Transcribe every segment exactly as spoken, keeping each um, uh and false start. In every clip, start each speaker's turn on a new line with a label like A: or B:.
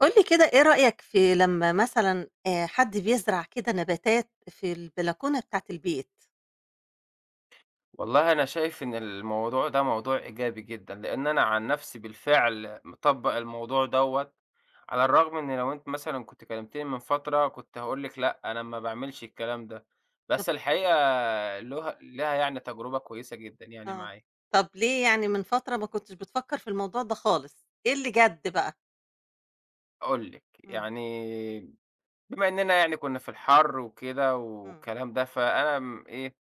A: قُل لي كده إيه رأيك في لمّا مثلًا آآ حد بيزرع كده نباتات في البلكونة بتاعة البيت؟
B: والله أنا شايف إن الموضوع ده موضوع إيجابي جدًا، لإن أنا عن نفسي بالفعل مطبّق الموضوع دوّة، على الرغم إن لو أنتِ مثلًا كنتِ كلمتيني من فترة كنت هاقول لِك لأ، أنا ما باعملش الكلام ده،
A: طب
B: بس الحقيقة لها لها يعني تجربة كويسة جدًا يعني
A: آه.
B: معايا.
A: طب ليه يعني من فترة ما كنتش بتفكّر في الموضوع ده خالص، إيه اللي جَد بقى؟
B: هاقول لِك،
A: إمم،
B: يعني بما إننا يعني كنا في الحَر وكده
A: إمم،
B: والكلام ده، فأنا م إيه.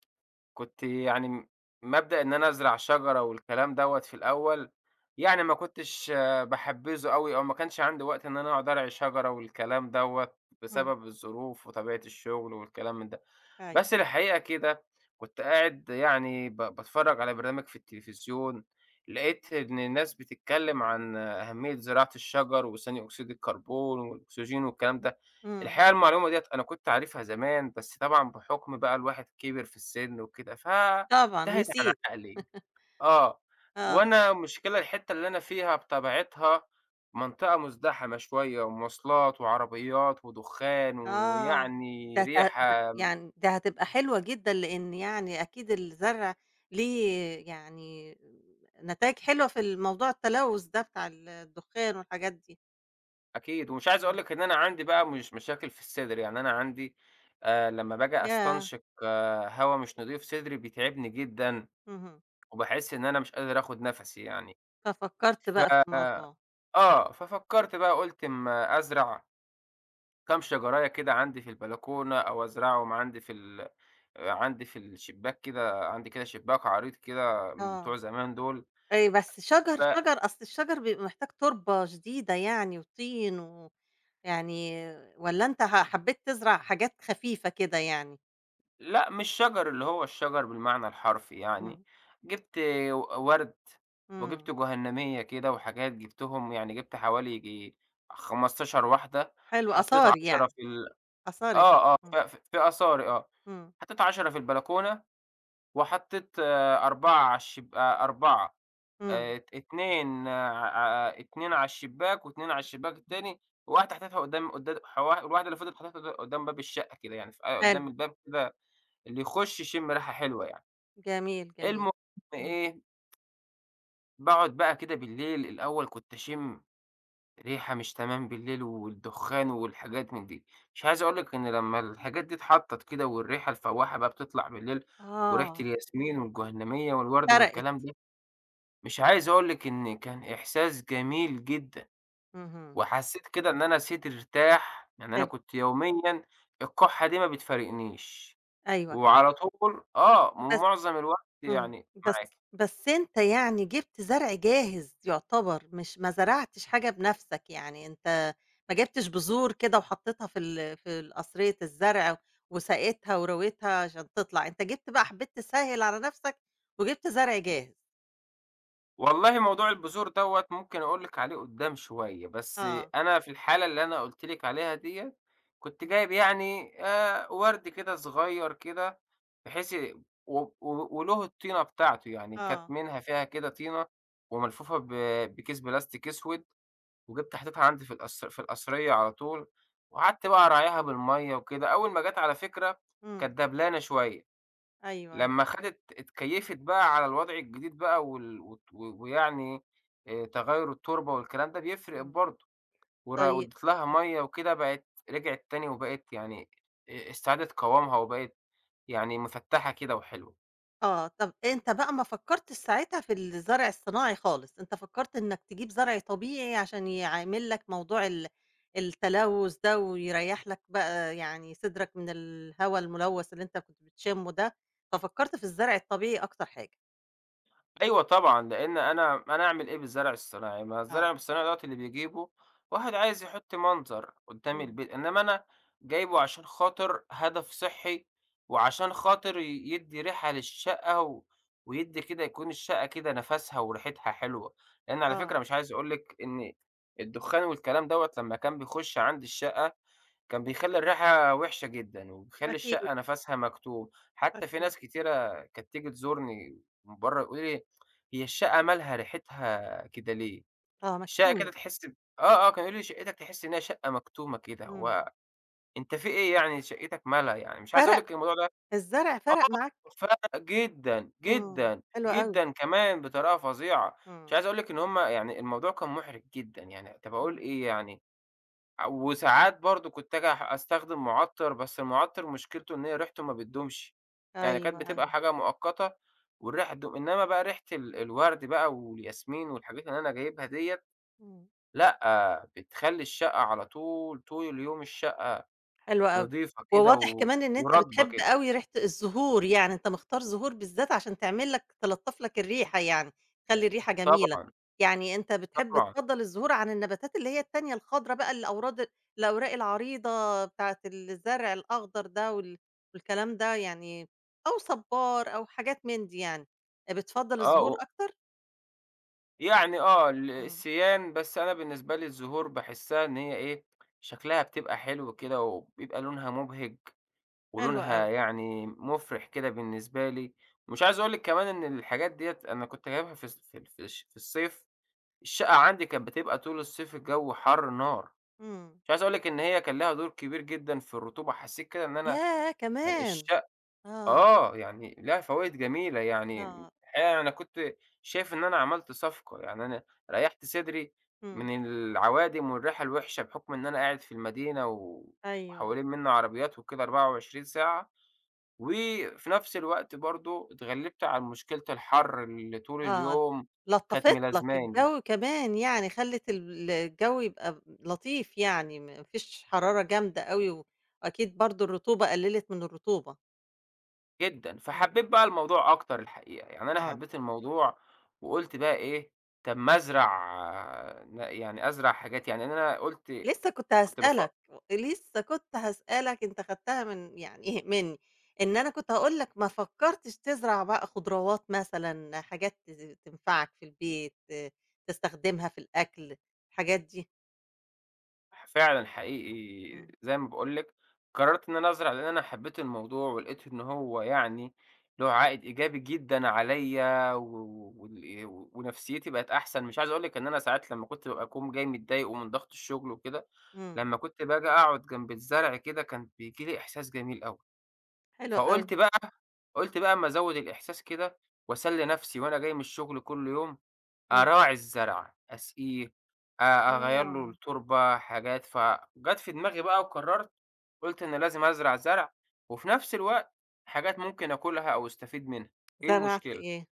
B: كنت يعني م مبدأ إن أنا أزرع شجرة والكلام دوّة في الأول، يعني ما كنتش باحبّذه أوي أو ما كانش عندي وقت إن أنا أقعد أرعي شجرة والكلام دوّة،
A: إمم،
B: بسبب الظروف وطبيعة الشغل والكلام من ده.
A: أيوه،
B: بس الحقيقة كده كنت قاعد يعني ب باتفرّج على برنامج في التلفزيون، لقيت إن الناس بتتكلّم عن آه، أهمية زراعة الشجر وثاني أكسيد الكربون والأكسجين والكلام ده.
A: إمم.
B: الحقيقة المعلومة ديّة أنا كنت عارفها زمان، بس طبعًا بحُكم بقى الواحد كِبِر في السِن وكده،
A: طبعًا
B: فانتهت عن
A: نسيت.
B: عقلي. آه.
A: آه.
B: وأنا المشكلة الحتّة اللي أنا فيها بطبيعتها منطقة مُزدحمة شوية ومواصلات وعربيات ودُخان
A: آه.
B: ويعني
A: ده ت ه
B: ريحة.
A: يعني ده هتبقى حلوة جدًا لإن يعني أكيد الزرع ليه يعني نتايج حلوة في الموضوع التلوث ده بتاع ال الدخان والحاجات دي.
B: أكيد. ومش عايز أقول
A: إمم.
B: لِك إن أنا عندي بقى مش مشاكل في الصدر، يعني أنا عندي آآ لمّا باجي
A: ياه!
B: أستنشق آه، هوا مش نضيف، صدري بيتعبني جدًا
A: اهم.
B: وباحس إن أنا مش قادر آخُد نَفَسي يعني.
A: ففكّرت
B: ف
A: بقى في الموضوع،
B: آه، ففكّرت بقى قُلت أمّا أزرع كام شجراية كده عندي في البلكونة أو أزرعهم عندي في ال عندي في الشباك كده، عندي كده شباك عريض كده من
A: آه،
B: بتوع زمان دول،
A: أي بس شجر، شجر أصل الشجر بيبقى محتاج تربة شديدة يعني وطين ويعني والّا أنت ح حبّيت تزرع حاجات خفيفة كده يعني؟
B: فلأ مش شجر اللي هو الشجر بالمعنى الحرفي يعني،
A: إمم،
B: جِبت و وَرْد وجِبت
A: إمم،
B: جهنمية كده وحاجات جِبتهم يعني جِبت حوالي ييجي خمستاشر واحدة،
A: حلو
B: حطّيت
A: أثاري
B: عشرة
A: يعني،
B: في ال
A: أثاري،
B: آه، آه، ف
A: إمم،
B: ف- في آثاري آه،
A: إمم،
B: حطّيت عشرة في البلكونة وحطيت آآ أربعة على الشب آآ أربعة
A: إمم،
B: آآ ات اتنين آه، ع اتنين على الشباك و2 على الشباك التاني، وواحدة حطيتها قدّام قدّام حوا الواحدة اللي فضلت حطيتها ق قدّام باب الشقة كده يعني في آه،
A: حلو،
B: قدّام الباب كده اللي يخُش يشم ريحة حلوة يعني.
A: جميل، جميل،
B: المهم
A: إمم،
B: إيه، باقعد بقى كده بالليل. الأول كنت أشم ريحة مش تمام بالليل والدخان والحاجات من دي. مش عايز أقول لك إن لمّا الحاجات دي اتحطّت كده والريحة الفواحة بقى بتطلع بالليل وريحة
A: آه،
B: الياسمين والجهنمية والورد
A: فرقِت،
B: والكلام ده، مش عايز أقول لِك إن كان إحساس جميل جدًا،
A: اهم،
B: وحسيت كده إن أنا صدري ارتاح، يعني أنا
A: حلو،
B: كنت يوميًا الكحة دي ما بتفارقنيش،
A: أيوه،
B: إمم. وعلى طول آه،
A: بس
B: ومعظم الوقت
A: إمم،
B: يعني معاكِ.
A: بس بس أنت يعني جِبت زرع جاهز يعتبر، مش ما زرعتش حاجة بنَفْسك، يعني أنت ما جِبتش بذور كده وحطيتها في ال في ال قصرية الزرع وسقيتها ورويتها عشان تطلع، أنت جِبت بقى حبيت تسهّل على نَفْسك وجِبت زرع جاهز،
B: والله موضوع البذور دوّة ممكن أقول لِك عليه قدّام شوية، بس
A: آه،
B: أنا في الحالة اللي أنا قُلت لِك عليها ديّة، كنت
A: إمم،
B: جايب يعني آآ وَرْد كده صغيّر كده، بحيث ي- و و وله الطينة بتاعته، يعني كانت
A: آه،
B: منها فيها كده طينة وملفوفة ب بكيس بلاستيك أسود، وجِبت حطيتها عندي في القص في القصرية على طول، وقعدت بقى أراعيها بالمَيّة وكده. أول ما جات على فكرة
A: إمم،
B: كانت دبلانة شوية.
A: أيوه، أيوه،
B: لمّا خدت اتكيّفت بقى على الوضع الجديد بقى وال وت و- ويعني آآ تغيُّر التربة والكلام ده بيفرق
A: إمم،
B: برضه، ور
A: طيب
B: وادّيت لها مَيّة وكده بقت رجعت تاني وبقت يعني آآ استعادت قوامها وبقت يعني مفتّحة كده وحلوة.
A: آه، طَب أنت بقى ما فكّرتش ساعتها في الزرع الصناعي خالص، أنت فكّرت إنّك تجيب زرع طبيعي عشان يعامل لك موضوع ال التلوث ده ويريّح لك بقى يعني صدرك من الهوا الملوث اللي أنت كنت بتشمّه ده، ففكّرت في الزرع الطبيعي أكتر حاجة.
B: أيوه طبعًا، لإن أنا أنا أعمل إيه بالزرع الصناعي؟ ما
A: آه،
B: الزرع الصناعي دوّة اللي بيجيبه واحد عايز يحط منظر قدّام
A: إمم.
B: البيت، إنّما أنا جايبه عشان خاطر هدف صحّي، وعشان خاطر ي يدّي ريحة للشقة و ويدّي كده يكون الشقة كده نَفَسها وريحتها حلوة، لإن على فكرة
A: آه،
B: مش عايز أقول لِك إن الدخان والكلام دوّة لمّا كان بيخُش عندي الشقة كان بيخلّي الريحة وِحشة جدًا، وبيخلّي
A: أكيد.
B: الشقة نَفَسها مكتوم، حتى في
A: أكيد.
B: ناس كتيرة كانت تيجي تزورني من برّه يقولوا لي: "هي الشقة مالها ريحتها كده ليه؟"
A: آه،
B: الشقة كده
A: مكتومة،
B: تحس ب آه، آه، كانوا يقولوا لي: "شقتك تحس إنها شقة مكتومة كده،
A: إمم.
B: هو أنت في إيه يعني شقتك مالها يعني؟" مش عايز أقول
A: فرق،
B: لِك الموضوع ده
A: الزرع
B: آه،
A: فرق معاك؟
B: فرَق جدًا،
A: إمم،
B: جدًا،
A: حلو أوي،
B: جدًا كمان بطريقة فظيعة، مش عايز
A: إمم.
B: أقول لِك إن هُم يعني الموضوع كان مُحرِج جدًا، يعني طَب أقول
A: إمم.
B: إيه يعني؟ وساعات برضه كنت آجي أح أستخدم معطّر، بس المعطّر مشكلته إن هي ريحته ما بتدومش، يعني كانت
A: أيوه، أيوه،
B: بتبقى حاجة مؤقتة والريحة تدوم، إنّما بقى ريحة ال الورد بقى والياسمين والحاجات اللي أنا جايبها ديّة
A: إمم.
B: لأ، بتخلّي الشقة على طول، طول اليوم الشقة
A: حلو أوي،
B: نضيفة كده
A: وواضح
B: و
A: كمان إن أنت
B: ورطبة
A: بتحب
B: كده.
A: أوي ريحة الزهور، يعني أنت مختار زهور بالذات عشان تعمل لك تلطّف لك الريحة يعني، تخلّي الريحة جميلة،
B: طبعًا،
A: يعني أنت بتحب
B: طبعًا.
A: تفضّل الزهور عن النباتات اللي هي التانية الخضرا بقى الأوراد الأوراق العريضة بتاعة الزرع الأخضر ده وال والكلام ده يعني، أو صبار أو حاجات من دي يعني، بتفضّل
B: آه،
A: الزهور
B: و
A: أكتر؟
B: يعني آه، ال
A: إمم،
B: السيان، بس أنا بالنسبة لي الزهور باحسّها إن هي إيه، شكلها بتبقى حلو كده وبيبقى لونها مبهج.
A: حلو
B: ولونها
A: أوي،
B: يعني مُفرِح كده بالنسبة لي، ومش عايز أقول لِك كمان إن الحاجات ديّة أنا كنت جايبها في الص في ال في الش في الصيف، الشقة عندي كانت بتبقى طول الصيف الجو حَر نار،
A: إمم،
B: مش عايز أقول لِك إن هي كان لها دور كبير جدًا في الرطوبة، حسّيت كده إن أنا
A: ياه
B: يعني
A: كمان!
B: الشق
A: آه،
B: آه، يعني لها فوايد جميلة يعني،
A: آه،
B: الحقيقة أنا كنت شايف إن أنا عملت صفقة، يعني أنا ريّحت صدري
A: إمم،
B: من العوادم والريحة الوحشة بحُكم إن أنا قاعد في المدينة و
A: أيوه.
B: وحوالين منّا عربيات وكده أربعة وعشرين ساعة، وفي نفس الوقت برضه اتغلّبت عن مشكلة الحَر اللي طول
A: آه،
B: اليوم كانت
A: لطّفِت لك
B: ملازماني
A: الجو كمان يعني، خلِّت ال الجو يبقى لطيف يعني، ما فيش حرارة جامدة أوي، وأكيد برضه الرطوبة قلِّلت من الرطوبة.
B: جدًا،
A: إمم،
B: فحبّيت بقى الموضوع أكتر الحقيقة، يعني أنا
A: آه،
B: حبّيت الموضوع وقُلت بقى إيه، طَب ما أزرع آه، ن يعني أزرع حاجات يعني أنا قُلت
A: لسه كنت
B: كنت بف
A: هاسألك، لسه كنت هاسألك، أنت خدتها من يعني إيه مني، إن أنا كنت هاقول لك ما فكّرتش تزرع بقى خضروات مثلًا، حاجات ت تنفعك في البيت، آه، تستخدمها في الأكل، الحاجات دي؟
B: فعلًا حقيقي
A: إمم،
B: زي ما باقول لِك، قررت إن أنا أزرع لإن أنا حبيت الموضوع ولقيت إن هو يعني له عائد إيجابي جدًا عليّا و وال ونفسيتي بقت أحسن، مش عايز أقول لِك إن أنا ساعات لمّا كنت بابقى أكون جاي متضايق ومن ضغط الشغل وكده،
A: إمم،
B: لمّا كنت باجي أقعد جنب الزرع كده كان بييجي لي إحساس جميل أوي،
A: حلو أوي،
B: فقُلت بقى قُلت بقى أمّا أزوّد الإحساس كده وأسلي نفسي وأنا جاي من الشغل كل يوم
A: إمم،
B: أراعي الزرع، أسقيه، أ أغيّر له
A: آه،
B: التربة، حاجات، فجات في دماغي بقى وقررت قُلت أنا لازم أزرع زرع وفي نفس الوقت حاجات ممكن آكلها أو أستفيد منها، إيه
A: زرعت
B: المشكلة؟
A: إيه؟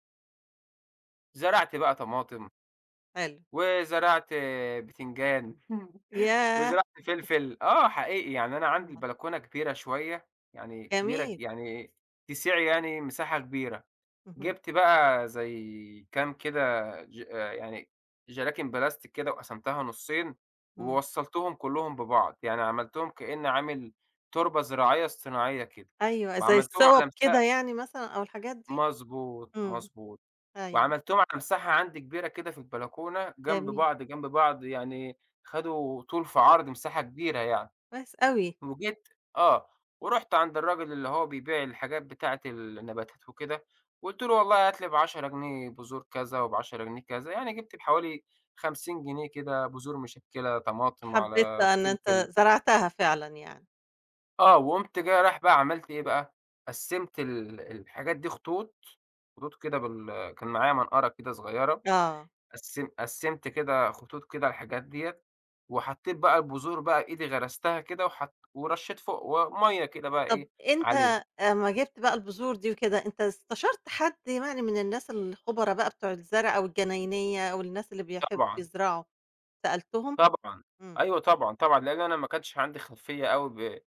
B: زرعت بقى طماطم
A: حلو،
B: وزرعت بتنجان
A: ياه!
B: وزرعت فلفل، آه حقيقي، يعني أنا عندي
A: آه،
B: البلكونة كبيرة شوية، يعني كبيرة ج
A: جميل،
B: يعني تسِع يعني مساحة كبيرة.
A: اهم،
B: جِبت بقى زي كام كده ج آآ يعني جلاكن بلاستيك كده وقسمتها نُصّين،
A: إمم،
B: ووصّلتهم كلّهم ببعض، يعني عملتهم كإنّي عامل تربة زراعية اصطناعية كده،
A: أيوه زي
B: وعملتهم
A: الصوَب
B: على مسا
A: كده يعني مثلًا أو الحاجات دي؟
B: مضبوط،
A: إمم،
B: مضبوط،
A: أيوه،
B: وعملتهم على مساحة عندي كبيرة كده في البلكونة جنب
A: جميل،
B: بعض، جنب بعض يعني خدوا طول في عرض مساحة كبيرة يعني.
A: كويس أوي،
B: وجيت آه، ورُحت عند الراجل اللي هو بيبيع الحاجات بتاعة النباتات وكده، وقُلت له والله هات لي بعشرة جنيه بذور كذا، وب10 جنيه كذا، يعني جِبت بحوالي خمسين جنيه كده بذور مشكّلة، طماطم،
A: حبيت
B: على
A: بقى إن
B: فلفل
A: أنت زرعتها فعلًا يعني،
B: آه، وقُمت جاي رايح بقى عملت إيه بقى، قسّمت ال الحاجات دي خطوط، خطوط كده بال كان معايا منقَرة كده صغيّرة
A: آه،
B: قسم قسمت كده خطوط كده الحاجات ديّة، وحطيت بقى البذور بقى إيدي غرستها كده وحط ورشّيت فوق ومَيّة كده بقى
A: طَب
B: إيه
A: أنت
B: عليهم.
A: أمّا جِبت بقى البذور دي وكده، أنت استشرت حد يعني من الناس الخبرا بقى بتوع الزرع أو الجناينية أو الناس اللي بيحب
B: طبعًا،
A: بيزرعوا، سألتهم؟
B: طبعًا،
A: إمم،
B: أيوه طبعًا، طبعًا، لإن أنا ما كانش عندي خلفية أوي ب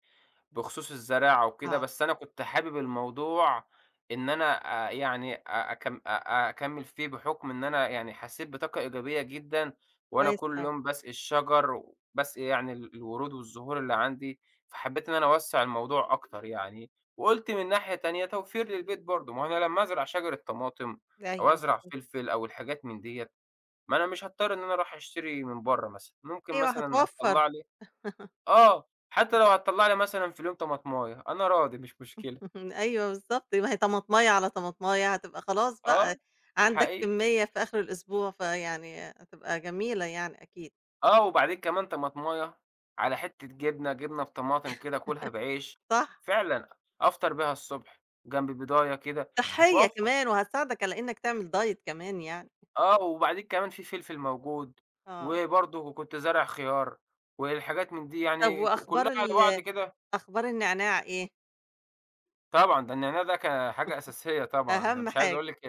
B: بخصوص الزراعة وكده،
A: آه،
B: بس أنا كنت حابب الموضوع إن أنا آآ يعني أ أكم أ أكمّل فيه بحُكم إن أنا يعني حسّيت بطاقة إيجابية جدًا وأنا
A: كويس
B: كل
A: أوي،
B: يوم باسقي الشجر، وباسقي يعني ال الورود والزهور اللي عندي، فحبّيت إن أنا أوسّع الموضوع أكتر يعني، وقُلت من ناحية تانية توفير للبيت برضه، ما هو أنا لمّا أزرع شجرة طماطم أو
A: أيوه
B: أزرع
A: بالضبط،
B: فلفل أو الحاجات من ديّة، ما أنا مش هاضطر إن أنا أروح أشتري من برّه مثلًا، ممكن
A: أيوه
B: مثلًا
A: هتوفّر.
B: هتطلّع لي آه، حتى لو هتطلّع لي مثلًا في اليوم طماطماية، أنا راضي مش مشكلة،
A: اهم، أيوه بالضبط، ما هي طماطماية على طماطماية هتبقى خلاص
B: آه،
A: بقى عندك
B: حقيقي،
A: كمية في آخر الأسبوع، فيعني هتبقى جميلة يعني أكيد،
B: آه، وبعدين كمان طماطماية على حتة جبنة، جبنة بطماطم كده كُلها بعيش،
A: صح،
B: فعلًا أفطر بيها الصبح جنب بيضاية كده
A: صحية
B: هتوفّر،
A: كمان وهتساعدك على إنك تعمل diet كمان يعني،
B: آه، وبعدين كمان في فلفل موجود،
A: آه،
B: وبرضه كنت زارع خيار والحاجات من دي
A: طب
B: يعني ك كُلّها
A: وأخبار
B: على بعض
A: ال
B: كده.
A: أخبار النعناع إيه؟
B: طبعًا، ده النعناع ده كان حاجة أساسية طبعًا، أنا
A: أهم
B: مش عايز
A: حاجة،
B: أقول لِك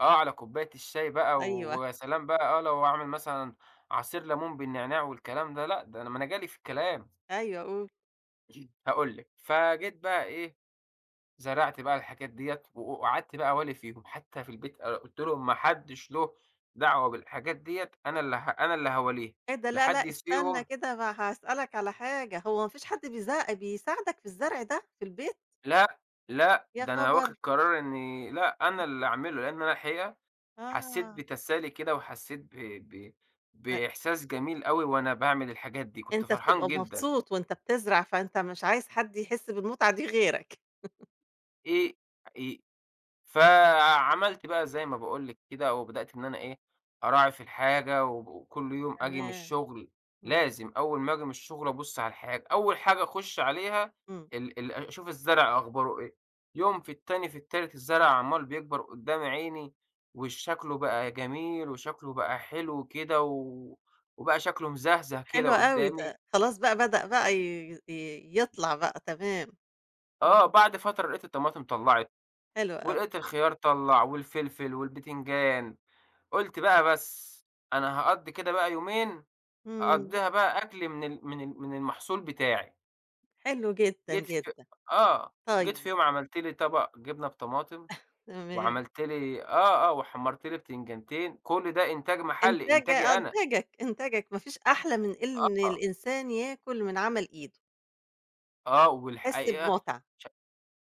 B: آه، على كوباية الشاي بقى
A: أيوه،
B: ويا سلام بقى آه، لو أعمل مثلًا عصير ليمون بالنعناع والكلام ده، لأ ده أنا ما أنا جالي في الكلام.
A: أيوه قُل،
B: هاقول لِك، فجيت بقى إيه، زرعت بقى الحاجات ديّة و وقعدت بقى أوالي فيهم، حتى في البيت أ قُلت لهم ما حدّش له دعوة بالحاجات ديّة، أنا اللي ه أنا اللي هاواليها،
A: إيه ده
B: لا
A: لأ، لأ،
B: حد
A: استنى
B: يسقيهم،
A: كده ما هاسألك على حاجة، هو ما فيش حد بيزا بيساعدك في الزرع ده في البيت؟
B: لأ، لأ،
A: يا
B: ده أنا
A: خبر!
B: واخد قرار إني لأ، أنا اللي أعمله، لإن أنا الحقيقة حسيت
A: آه.
B: بتسالي كده وحسيت ب ب بإحساس جميل أوي وأنا باعمل الحاجات دي، كنت
A: أنت
B: فرحان
A: بتبقى
B: جدًا.
A: مبسوط وأنت بتزرع، فأنت مش عايز حد يحس بالمتعة دي غيرك.
B: إيه إ فعملت بقى زي ما باقول لِك كده، وبدأت إن أنا إيه، أراعي في الحاجة وب وكل يوم آجي من
A: تمام،
B: الشغل
A: إمم.
B: لازم أول ما آجي من الشغل أبُص على الحاجة، أول حاجة أخُش عليها
A: إمم،
B: ال ال أشوف الزرع أخباره إيه، يوم في التاني في التالت الزرع عمّال بيكبر قدّام عيني، وشكله بقى جميل وشكله بقى حلو كده و وبقى شكله مزهزه كده
A: حلو أوي
B: قدّامي،
A: ده، خلاص بقى بدأ بقى ي ي يطلع بقى تمام،
B: آه،
A: إمم،
B: بعد فترة لقيت الطماطم طلّعت،
A: حلو أوي،
B: ولقيت الخيار طلّع والفلفل والبتنجان. قُلت بقى بس، أنا هاقضّي كده بقى يومين،
A: إمم،
B: هاقضّيها بقى أكل من ال من ال من المحصول بتاعي،
A: حلو جدًا،
B: جيت في
A: جدًا،
B: آه، جيت في
A: طيب
B: يوم عملت لي طبق جبنة بطماطم،
A: تمام،
B: وعملت لي آه، آه، وحمّرت لي بتنجانتين، كل ده إنتاج محلي،
A: إنتاج
B: إنتاجي
A: آه،
B: أنا،
A: إنتاجك، إنتاجك ما فيش أحلى من إن
B: آه،
A: الإنسان ياكل من عمل إيده،
B: آه،
A: تحس
B: والحقيقة
A: بمتعة،
B: ش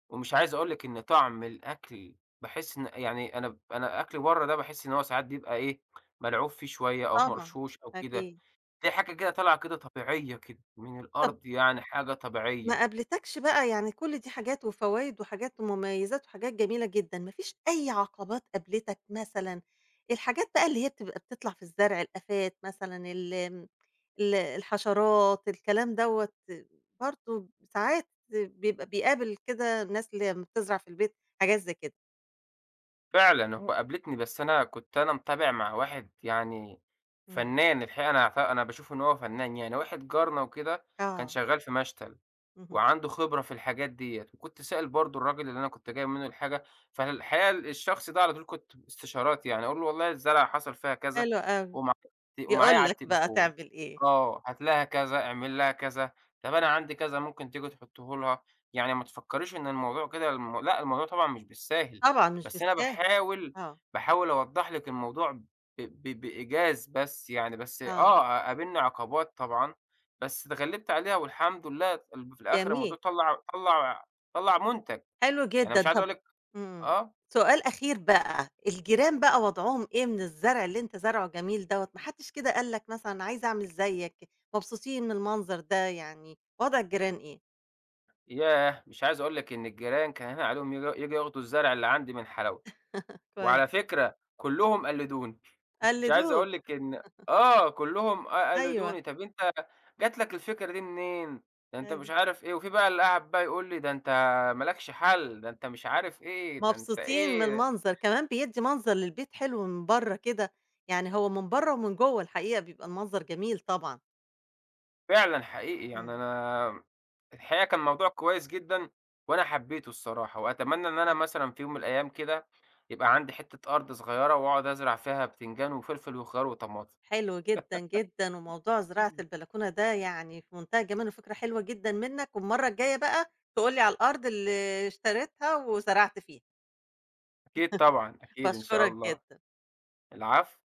B: ومش عايز أقول لِك إن طعم الأكل باحس إن يعني أنا ب أنا أكل برّه ده باحس إن هو ساعات بيبقى إيه، ملعوب فيه شوية أو
A: طبعًا،
B: مرشوش أو كده.
A: أكيد.
B: دي حاجة كده طالعة كده طبيعية كده من
A: طَب
B: الأرض يعني حاجة
A: ما
B: طبيعية.
A: قابلتكش بقى يعني كل دي حاجات وفوايد وحاجات ومميزات وحاجات جميلة جدًا، ما فيش أي عقبات قابلتك مثلًا، الحاجات بقى اللي هي بتبقى بتطلع في الزرع، الآفات مثلًا، ال آمم، ال الحشرات، الكلام دوّة برضه ساعات بيبقى بيقابل كده الناس اللي لمّا بتزرع في البيت حاجات زي كده.
B: فعلًا هو قابلتني بس أنا كنت أنا متابع مع واحد يعني
A: إمم.
B: فنّان الحقيقة أنا أعت أنا باشوف إن هو فنّان يعني، واحد جارنا وكده كان
A: آه،
B: شغّال في مشتل.
A: اهم،
B: وعنده خبرة في الحاجات ديّة، وكنت سائل برضه الراجل اللي أنا كنت جايب منه الحاجة، فالحقيقة الشخص ده على طول كنت استشارات يعني، أقول له والله الزرعة حصل فيها كذا
A: حلو أوي،
B: ومع
A: يقول
B: ومعايا على
A: لك بقى
B: التليفون،
A: تعمل إيه،
B: آه، هات لها كذا، اعمل لها كذا، طب أنا عندي كذا ممكن تيجي تحطه لها، يعني ما تفكّريش إن الموضوع كده الم لأ، الموضوع طبعًا مش بالساهل،
A: طبعًا مش
B: بس أنا
A: بالساهل.
B: باحاول
A: آه،
B: باحاول أوضّح لِك الموضوع ب ب بإيجاز بس يعني، بس
A: آه،
B: آه قابلني عقبات طبعًا بس اتغلّبت عليها والحمد لله ال في الآخر الموضوع
A: جميل.
B: طلّع طلّع طلّع منتج،
A: حلو
B: يعني
A: جدًا،
B: مش عايز
A: طب
B: أقول لِك
A: إمم،
B: آه،
A: سؤال أخير بقى، الجيران بقى وضعهم إيه من الزرع اللي أنت زارعه جميل دوّة؟ ما حدش كده قال لك مثلًا أنا عايز أعمل زيك، مبسوطين من المنظر ده يعني، وضع الجيران إيه؟
B: ياه! مش عايز أقول لِك إن الجيران كان هنا عليهم ييجوا ييجوا ياخدوا الزرع اللي عندي من حلاوته،
A: كويس،
B: وعلى فكرة كلّهم قلّدوني، مش عايز
A: قلدوك،
B: أقول لِك إن آه، كلّهم آآ
A: أيوه،
B: قلّدوني، "طب أنت جات لك الفكرة دي منين؟ ده أنت مش
A: أيوه،
B: عارف إيه." وفي بقى اللي قعد بقى يقول لي: "ده أنت ما لكش حل، ده أنت مش عارف إيه، ده أنت
A: مبسوطين من
B: إيه."
A: المنظر، كمان بيدّي منظر للبيت حلو من برّه كده، يعني هو من برّه ومن جوّه الحقيقة بيبقى المنظر جميل طبعًا،
B: فعلًا حقيقي، يعني
A: إمم،
B: أنا الحقيقة كان موضوع كويس جدًا وأنا حبيته الصراحة، وأتمنى إن أنا
A: حلو.
B: مثلًا في يوم من الأيام كده يبقى عندي حتة أرض صغيرة وأقعد أزرع فيها بتنجان وفلفل وخيار وطماطم.
A: حلو جدًا، جدًا، وموضوع زراعة البلكونة ده يعني في منتهى الجمال وفكرة حلوة جدًا منّك، والمرّة الجاية بقى تقول لي على الأرض اللي اشتريتها وزرعت فيها،
B: أكيد طبعًا، أكيد إن شاء
A: باشكرك
B: الله.
A: جدًا.
B: العفو.